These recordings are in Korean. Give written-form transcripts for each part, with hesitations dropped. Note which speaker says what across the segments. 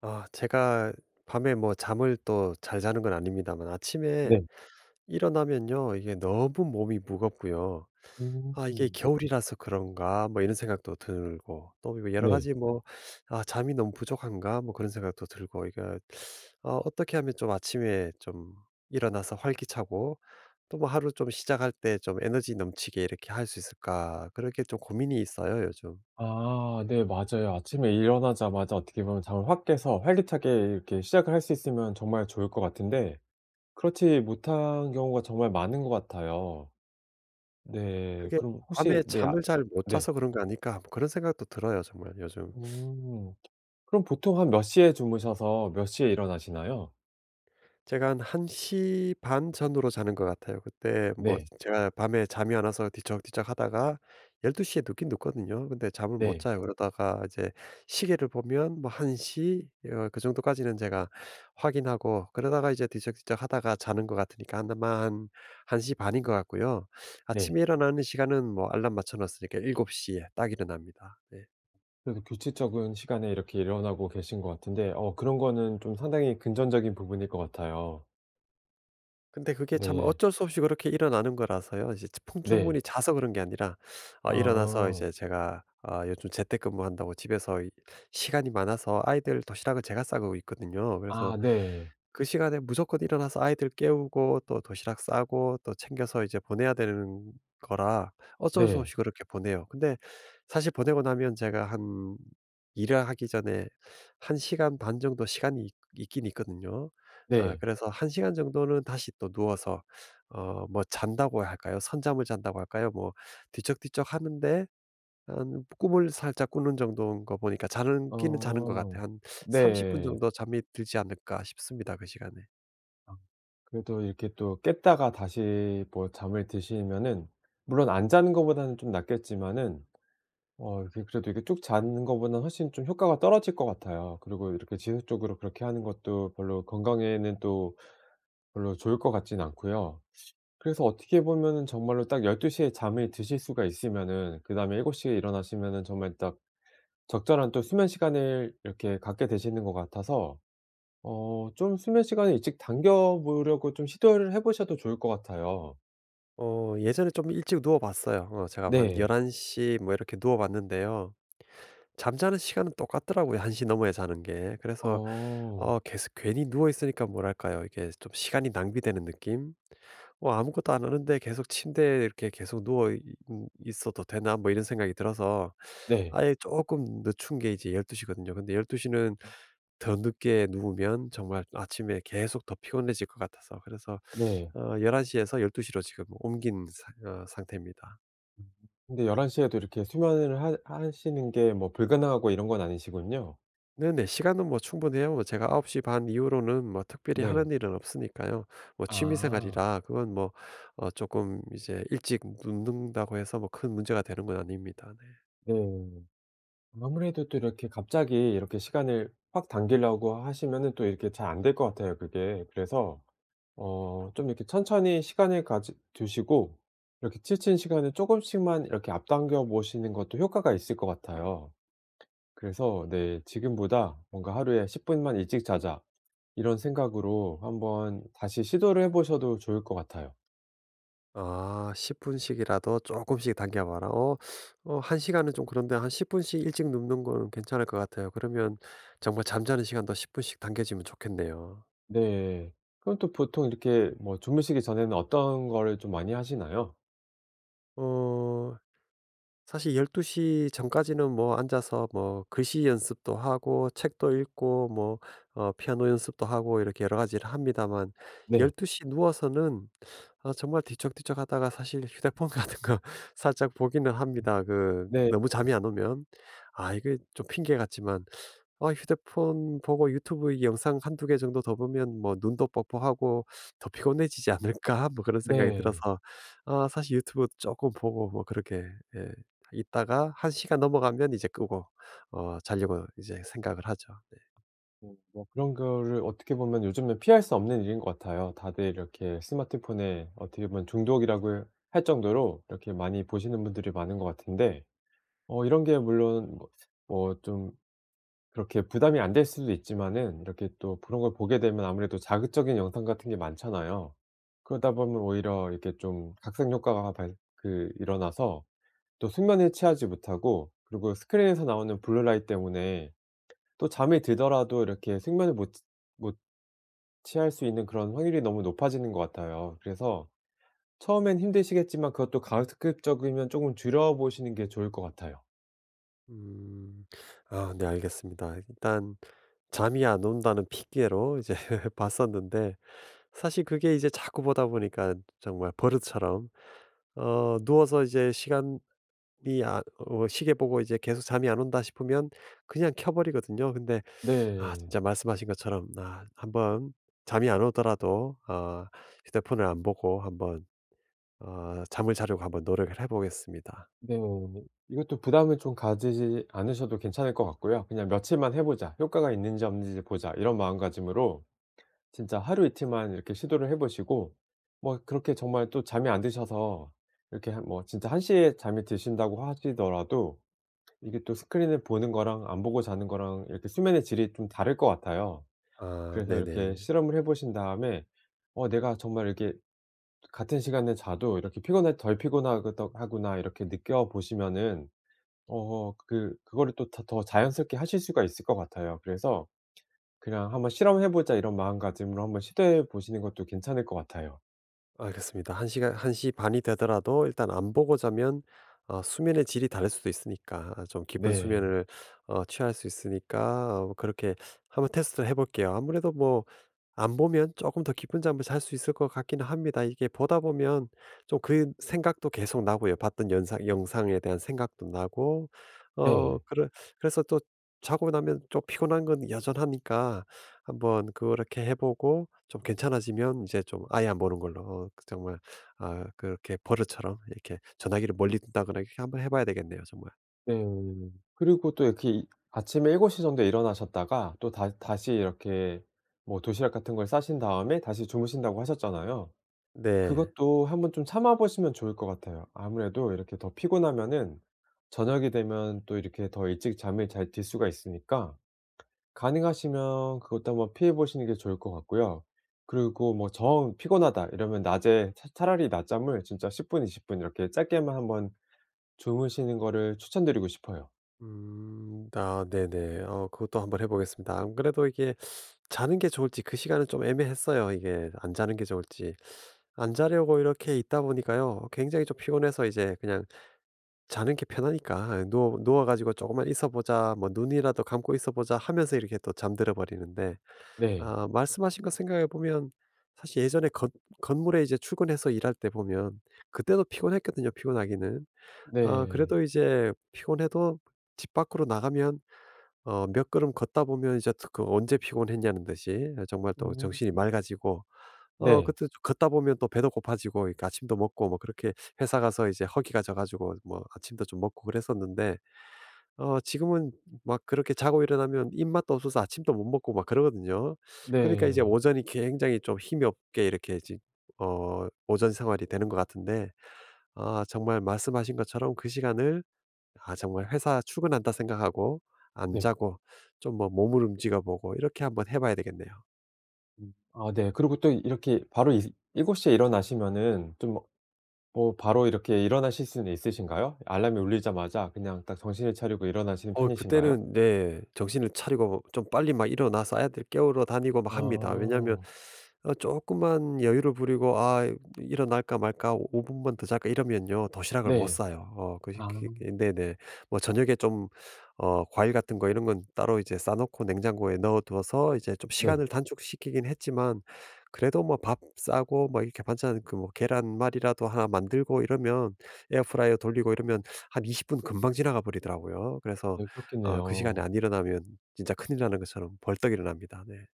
Speaker 1: 아 제가 밤에 뭐 잠을 또 잘 자는 건 아닙니다만 아침에
Speaker 2: 네.
Speaker 1: 일어나면요, 이게 너무 몸이 무겁고요. '아 이게
Speaker 2: 음.
Speaker 1: 겨울이라서 그런가?' 뭐 이런 생각도 들고 또뭐 여러
Speaker 2: 네.
Speaker 1: 가지 뭐 '아 잠이 너무 부족한가?' 뭐 그런 생각도 들고. 이게 어떻게 하면 좀 아침에 좀 일어나서 활기차고 또 뭐 하루 좀 시작할 때 좀 에너지 넘치게 이렇게 할 수 있을까, 그렇게 좀 고민이 있어요 요즘.
Speaker 2: 아, 네, 맞아요. 아침에 일어나자마자 어떻게 보면 잠을 확 깨서 활기차게 이렇게 시작을 할 수 있으면 정말 좋을 것 같은데, 그렇지 못한 경우가 정말 많은 것 같아요. 네.
Speaker 1: 그게
Speaker 2: 그럼
Speaker 1: 밤에
Speaker 2: 혹시, 네, 아.
Speaker 1: 잠을 잘 못
Speaker 2: 네.
Speaker 1: 자서 그런 거 아닐까, 뭐 그런 생각도 들어요 정말 요즘.
Speaker 2: 음. 그럼 보통 한 몇 시에 주무셔서 몇 시에 일어나시나요?
Speaker 1: 제가 한 1시 반 전후로 자는 것 같아요. 그때 뭐
Speaker 2: 네.
Speaker 1: 제가 밤에 잠이 안 와서 뒤척뒤척하다가 12 시에 눕긴 눕거든요. 근데 잠을 못
Speaker 2: 네.
Speaker 1: 자요. 그러다가 이제 시계를 보면 뭐 1 시 그 정도까지는 제가 확인하고, 그러다가 이제 뒤척뒤척하다가 자는 것 같으니까 아마 한 1시 반인 것 같고요.
Speaker 2: 네.
Speaker 1: 아침에 일어나는 시간은 뭐 알람 맞춰 놨으니까 7 시에 딱 일어납니다. 네.
Speaker 2: 그래도 규칙적인 시간에 이렇게 일어나고 계신 것 같은데, 그런 거는 좀 상당히 금전적인 부분일 것 같아요.
Speaker 1: 근데 그게 참
Speaker 2: 네.
Speaker 1: 어쩔 수 없이 그렇게 일어나는 거라서요. 이제
Speaker 2: 네.
Speaker 1: 풍주문이 자서 그런 게 아니라 일어나서
Speaker 2: 아.
Speaker 1: 이제 제가, 아 요즘 재택근무한다고 집에서 이 시간이 많아서 아이들 도시락을 제가 싸고 있거든요. 그래서
Speaker 2: 아, 네.
Speaker 1: 그 시간에 무조건 일어나서 아이들 깨우고 또 도시락 싸고 또 챙겨서 이제 보내야 되는 거라, 어쩔 수
Speaker 2: 네.
Speaker 1: 없이 그렇게 보내요. 근데 사실 보내고 나면 제가 한 일을 하기 전에 한 시간 반 정도 시간이 있 있긴 있거든요. 아
Speaker 2: 네.
Speaker 1: 그래서 1 시간 정도는 다시 또 누워서 뭐 잔다고 할까요? 선잠을 잔다고 할까요? 뭐 뒤척뒤척 하는데 한 꿈을 살짝 꾸는 정도인 거 보니까 자는 기는 자는 것
Speaker 2: 어.
Speaker 1: 같아요. 한 30분
Speaker 2: 네.
Speaker 1: 정도 잠이 들지 않을까 싶습니다, 그 시간에.
Speaker 2: 아, 그래도 이렇게 또 깼다가 다시 뭐 잠을 드시면은 물론 안 자는 것보다는 좀 낫겠지만은, 이게 그래도 이게 쭉 자는 것보다는 훨씬 좀 효과가 떨어질 것 같아요. 그리고 이렇게 지속적으로 그렇게 하는 것도 별로 건강에는 또 별로 좋을 것 같진 않고요. 그래서 어떻게 보면은 정말로 딱 1 2시에 잠이 드실 수가 있으면은 그다음에 7시에 일어나시면은 정말 딱 적절한 또 수면 시간을 이렇게 갖게 되시는 것 같아서, 좀 수면 시간을 일찍 당겨 보려고 좀 시도를 해 보셔도 좋을 것 같아요.
Speaker 1: 예전에 좀 일찍 누워 봤어요. 제가 한 1
Speaker 2: 네.
Speaker 1: 1시뭐 이렇게 누워 봤는데요. 잠자는 시간은 똑같더라고요, 1시 넘어야 자는 게. 그래서
Speaker 2: 어.
Speaker 1: 계속 괜히 누워 있으니까 뭐랄까요? 이게 좀 시간이 낭비되는 느낌? 아무것도 안 하는데 계속 침대에 이렇게 계속 누워 이 있어도 되나, 뭐 이런 생각이 들어서
Speaker 2: 네.
Speaker 1: 아예 조금 늦춘 게 이제 12 시거든요. 근데 12 시는 더 늦게 누우면 정말 아침에 계속 더 피곤해질 것 같아서, 그래서
Speaker 2: 네.
Speaker 1: 11 시에서 12 시로 지금 옮긴 사 어 상태입니다.
Speaker 2: 근데 1 1시 에도 이렇게 수면을 하 하시는 게 뭐 불가능하고 이런 건 아니시군요.
Speaker 1: 네네. 시간은 뭐 충분해요. 뭐 제가 9시 반 이후로는 뭐 특별히
Speaker 2: 네.
Speaker 1: 하는 일은 없으니까요. 뭐 취미
Speaker 2: 아.
Speaker 1: 생활이라 그건 뭐어금, 이제 일찍 눕는다고 해서 뭐 큰 문제가 되는 건 아닙니다. 네.
Speaker 2: 네. 아무래도 또 이렇게 갑자기 이렇게 시간을 확 당기려고 하시면은 또 이렇게 잘 안 될 것 같아요, 그게. 그래서 좀 이렇게 천천히 시간을 가지 두시고 이렇게 치친 시간을 조금씩만 이렇게 앞당겨 보시는 것도 효과가 있을 것 같아요. 그래서, 네, '지금보다 뭔가 하루에 10 분만 일찍 자자.' 이런 생각으로 한번 다시 시도를 해 보셔도 좋을 것 같아요.
Speaker 1: 아 10 분씩이라도 조금씩 당겨 봐라. 1 시간은 좀 그런데 한 10 분씩 일찍 눕는 거는 괜찮을 것 같아요. 그러면 정말 잠자는 시간도 10 분씩 당겨지면 좋겠네요.
Speaker 2: 네. 그럼 또 보통 이렇게 뭐 주무시기 전에는 어떤 거를 좀 많이 하시나요?
Speaker 1: 어 사실 12시 전까지는 뭐 앉아서 뭐 글씨 연습도 하고 책도 읽고 뭐 피아노 연습도 하고 이렇게 여러 가지를 합니다만, 1
Speaker 2: 네.
Speaker 1: 2시 누워서는 아 정말 뒤척뒤척 하다가 사실 휴대폰 같은 거 살짝 보기는 합니다. 그
Speaker 2: 네.
Speaker 1: 너무 잠이 안 오면. 아 이게 좀 핑계 같지만 아 휴대폰 보고 유튜브 영상 한두 개 정도 더 보면 뭐 '눈도 뻑뻑하고 더 피곤해지지 않을까?' 뭐 그런 생각이
Speaker 2: 네.
Speaker 1: 들어서 아 사실 유튜브 조금 보고 뭐 그렇게, 예, 있다가 한 시간 넘어가면 이제 끄고 자려고 이제 생각을 하죠.
Speaker 2: 뭐 뭐 그런 거를 어떻게 보면 요즘에 피할 수 없는 일인 것 같아요. 다들 이렇게 스마트폰에 어떻게 보면 중독이라고 할 정도로 이렇게 많이 보시는 분들이 많은 것 같은데, 이런 게 물론 뭐뭐좀 그렇게 부담이 안 될 수도 있지만은, 이렇게 또 그런 걸 보게 되면 아무래도 자극적인 영상 같은 게 많잖아요. 그러다 보면 오히려 이렇게 좀 각색 효과가 발 그 일어나서 또 숙면에 취하지 못하고, 그리고 스크린에서 나오는 블루라이트 때문에 또 잠이 들더라도 이렇게 숙면을 못 취할 수 있는 그런 확률이 너무 높아지는 것 같아요. 그래서 처음엔 힘드시겠지만 그것도 가급적이면 조금 줄여 보시는 게 좋을 것 같아요.
Speaker 1: 음. 아 네 알겠습니다. 일단 잠이 안 온다는 핑계로 이제 봤었는데 사실 그게 이제 자꾸 보다 보니까 정말 버릇처럼 누워서 이제 시간 이 아 어 시계 보고 이제 계속 잠이 안 온다 싶으면 그냥 켜 버리거든요. 근데 아
Speaker 2: 네.
Speaker 1: 진짜 말씀하신 것처럼 아 한번, 잠이 안 오더라도 휴대폰을 안 보고 한번 잠을 자려고 한번 노력을 해 보겠습니다.
Speaker 2: 네. 이것도 부담을 좀 가지지 않으셔도 괜찮을 것 같고요. 그냥 '며칠만 해 보자. 효과가 있는지 없는지 보자.' 이런 마음가짐으로 진짜 하루 이틀만 이렇게 시도를 해 보시고, 뭐 그렇게 정말 또 잠이 안 드셔서 이렇게 한 뭐 진짜 1 시에 잠이 드신다고 하시더라도 이게 또 스크린을 보는 거랑 안 보고 자는 거랑 이렇게 수면의 질이 좀 다를 것 같아요.
Speaker 1: 아
Speaker 2: 그래서 이렇게
Speaker 1: 네네.
Speaker 2: 실험을 해 보신 다음에 내가 정말 이렇게 같은 시간에 자도 이렇게 피곤할 덜 피곤하더 하구나.' 이렇게 느껴보시면은, 그거를 또 더 자연스럽게 하실 수가 있을 것 같아요. 그래서 그냥 '한번 실험해 보자.' 이런 마음가짐으로 한번 시도해 보시는 것도 괜찮을 것 같아요.
Speaker 1: 알겠습니다. 1 시간 한 시 반이 되더라도 일단 안 보고 자면 수면의 질이 다를 수도 있으니까, 아 좀 깊은
Speaker 2: 네.
Speaker 1: 수면을 취할 수 있으니까, 그렇게 한번 테스트를 해 볼게요. 아무래도 뭐 안 보면 조금 더 깊은 잠을 잘 수 있을 것 같기는 합니다. 이게 보다 보면 좀 그 생각도 계속 나고요. 봤던 상 영상에 대한 생각도 나고 어
Speaker 2: 네.
Speaker 1: 그래 그래서 또 자고 나면 좀 피곤한 건 여전하니까, 한번 그렇게 해 보고 좀 괜찮아지면 이제 좀 아예 안 보는 걸로 그 정말 아 그렇게 버릇처럼 이렇게 전화기를 멀리 둔다거나 이렇게 한번 해 봐야 되겠네요 정말.
Speaker 2: 네. 그리고 또 이렇게 이 아침에 7시 정도에 일어나셨다가 또 다 다시 이렇게 뭐 도시락 같은 걸 싸신 다음에 다시 주무신다고 하셨잖아요.
Speaker 1: 네.
Speaker 2: 그것도 한번 좀 참아 보시면 좋을 것 같아요. 아무래도 이렇게 더 피곤하면은 저녁이 되면 또 이렇게 더 일찍 잠을 잘 들 수가 있으니까 가능하시면 그것도 한번 피해 보시는 게 좋을 것 같고요. 그리고 뭐 정 피곤하다 이러면 낮에 차 차라리 낮잠을 진짜 10 분, 20분 이렇게 짧게만 한번 주무시는 거를 추천드리고 싶어요.
Speaker 1: 음. 아 네네. 그것도 한번 해 보겠습니다. 안 그래도 이게 자는 게 좋을지 그 시간은 좀 애매했어요 이게. 안 자는 게 좋을지. 안 자려고 이렇게 있다 보니까요, 굉장히 좀 피곤해서 이제 그냥 자는 게 편하니까 '누워 누워 가지고 조금만 있어 보자. 뭐 눈이라도 감고 있어 보자.' 하면서 이렇게 또 잠들어 버리는데,
Speaker 2: 네.
Speaker 1: 아 말씀하신 거 생각해 보면 사실 예전에 건 건물에 이제 출근해서 일할 때 보면 그때도 피곤했거든요, 피곤하기는. 아
Speaker 2: 네.
Speaker 1: 그래도 이제 피곤해도 집 밖으로 나가면 몇 걸음 걷다 보면 이제 또그 언제 피곤했냐는 듯이 아 정말 또
Speaker 2: 음.
Speaker 1: 정신이 맑아지고,
Speaker 2: 네.
Speaker 1: 그때 좀 걷다 보면 또 배도 고파지고 이렇게 아침도 먹고 뭐 그렇게 회사 가서 이제 허기가 져 가지고 뭐 아침도 좀 먹고 그랬었는데, 지금은 막 그렇게 자고 일어나면 입맛도 없어서 아침도 못 먹고 막 그러거든요. 그러니까 이제
Speaker 2: 네.
Speaker 1: 오전이 굉장히 좀 힘이 없게 이렇게 지 어 오전 생활이 되는 것 같은데, 아 정말 말씀하신 것처럼 그 시간을 아 정말 회사 출근한다 생각하고 안
Speaker 2: 네.
Speaker 1: 자고 좀 뭐 몸을 움직여 보고 이렇게 한번 해 봐야 되겠네요.
Speaker 2: 음. 아, 네. 그리고 또 이렇게 바로 이 7 시에 일어나시면은 좀 뭐 바로 이렇게 일어나실 수는 있으신가요? 알람이 울리자마자 그냥 딱 정신을 차리고 일어나시는 편이신가요?
Speaker 1: 그때는 네, 정신을 차리고 좀 빨리 막 일어나서 아이들 깨우러 다니고 막
Speaker 2: 아.
Speaker 1: 합니다. 왜냐하면 어금만 여유를 부리고 '아 일어날까 말까 5 분만 더 잘까.' 이러면요 도시락을 못
Speaker 2: 네.
Speaker 1: 싸요. 어 그시
Speaker 2: 아.
Speaker 1: 그 네네. 뭐 저녁에 좀 과일 같은 거 이런 건 따로 이제 싸 놓고 냉장고에 넣어 두어서 이제 좀
Speaker 2: 네.
Speaker 1: 시간을 단축시키긴 했지만, 그래도 뭐 밥 싸고 뭐 이렇게 반찬 그 뭐 계란말이라도 하나 만들고 이러면, 에어프라이어 돌리고 이러면 한 20분 금방 지나가 버리더라고요. 그래서
Speaker 2: 네,
Speaker 1: 아 그 시간에
Speaker 2: 그렇겠네요.
Speaker 1: 안 일어나면 진짜 큰일 나는 것처럼 벌떡 일어납니다. 네.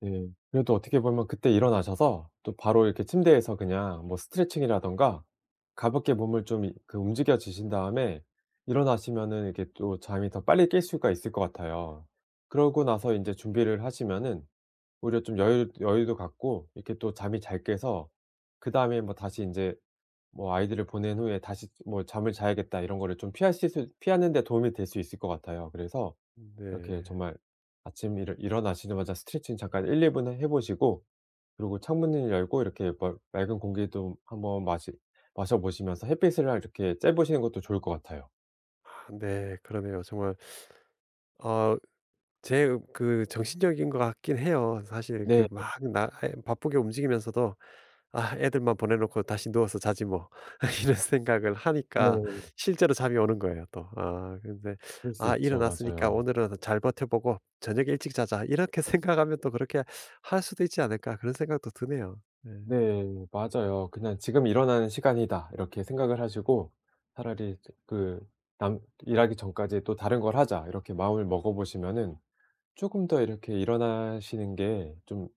Speaker 2: 네. 그래도 어떻게 보면 그때 일어나셔서 또 바로 이렇게 침대에서 그냥 뭐 스트레칭이라든가 가볍게 몸을 좀 이 그 움직여 주신 다음에 일어나시면은 이렇게 또 잠이 더 빨리 깰 수가 있을 것 같아요. 그러고 나서 이제 준비를 하시면은 오히려 좀 여유도 갖고 이렇게 또 잠이 잘 깨서 그다음에 뭐 다시 이제 뭐 아이들을 보낸 후에 다시 뭐 '잠을 자야겠다.' 이런 거를 좀 피하실 수 피하는 데 도움이 될 수 있을 것 같아요. 그래서 이렇게
Speaker 1: 네.
Speaker 2: 정말 아침 일어나시자마자 스트레칭 잠깐 1-2분 해 보시고, 그리고 창문을 열고 이렇게 멀 맑은 공기도 한번 마시 마셔 보시면서 햇빛을 이렇게 쬐 보시는 것도 좋을 것 같아요.
Speaker 1: 아 네. 그러네요. 정말 어 제 그 정신적인 것 같긴 해요. 사실
Speaker 2: 네.
Speaker 1: 그 막 나 예 바쁘게 움직이면서도 '아 애들만 보내 놓고 다시 누워서 자지 뭐.' 이런 생각을 하니까
Speaker 2: 네.
Speaker 1: 실제로 잠이 오는 거예요 또. 아 근데
Speaker 2: 그럴 수
Speaker 1: '아
Speaker 2: 있죠.
Speaker 1: 일어났으니까
Speaker 2: 맞아요.
Speaker 1: 오늘은 잘 버텨 보고 저녁에 일찍 자자.' 이렇게 생각하면 또 그렇게 할 수도 있지 않을까, 그런 생각도 드네요. 네.
Speaker 2: 네. 맞아요. 그냥 '지금 일어나는 시간이다.' 이렇게 생각을 하시고 차라리 그 남 '일하기 전까지 또 다른 걸 하자.' 이렇게 마음을 먹어 보시면은 조금 더 이렇게 일어나시는 게 좀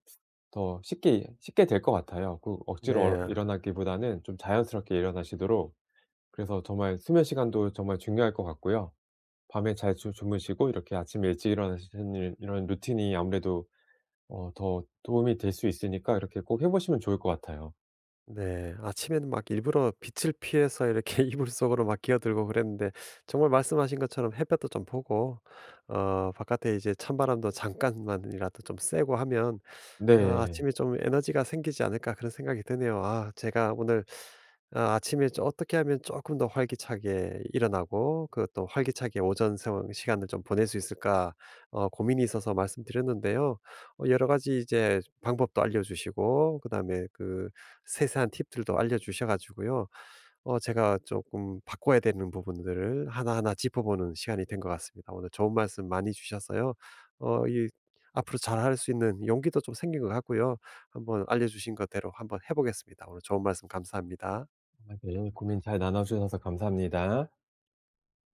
Speaker 2: 더 쉽게 쉽게 될 것 같아요. 그 억지로 얼
Speaker 1: 네.
Speaker 2: 일어나기보다는 좀 자연스럽게 일어나시도록. 그래서 정말 수면 시간도 정말 중요할 것 같고요. 밤에 잘 주 주무시고 이렇게 아침에 일찍 일어나시는 일 이런 루틴이 아무래도 더 도움이 될 수 있으니까 이렇게 꼭 해 보시면 좋을 것 같아요.
Speaker 1: 네. 아침에는 막 일부러 빛을 피해서 이렇게 이불 속으로 막 기어들고 그랬는데, 정말 말씀하신 것처럼 햇볕도 좀 보고 바깥에 이제 찬바람도 잠깐만이라도 좀 쐬고 하면 아,
Speaker 2: 네.
Speaker 1: 아침에 좀 에너지가 생기지 않을까, 그런 생각이 드네요. 아, 아침에 좀 어떻게 하면 조금 더 활기차게 일어나고 그또 활기차게 오전 시간을 좀 보낼 수 있을까, 고민이 있어서 말씀드렸는데요. 여러 가지 이제 방법도 알려주시고 그다음에 그 세세한 팁들도 알려주셔가지고요. 제가 조금 바꿔야 되는 부분들을 하나하나 짚어보는 시간이 된 것 같습니다. 오늘 좋은 말씀 많이 주셔서요. 어 이 앞으로 잘할 수 있는 용기도 좀 생긴 것 같고요. 한번 알려주신 것대로 한번 해 보겠습니다. 오늘 좋은 말씀 감사합니다.
Speaker 2: 아, 네. 고민 잘 나눠 주셔서 감사합니다.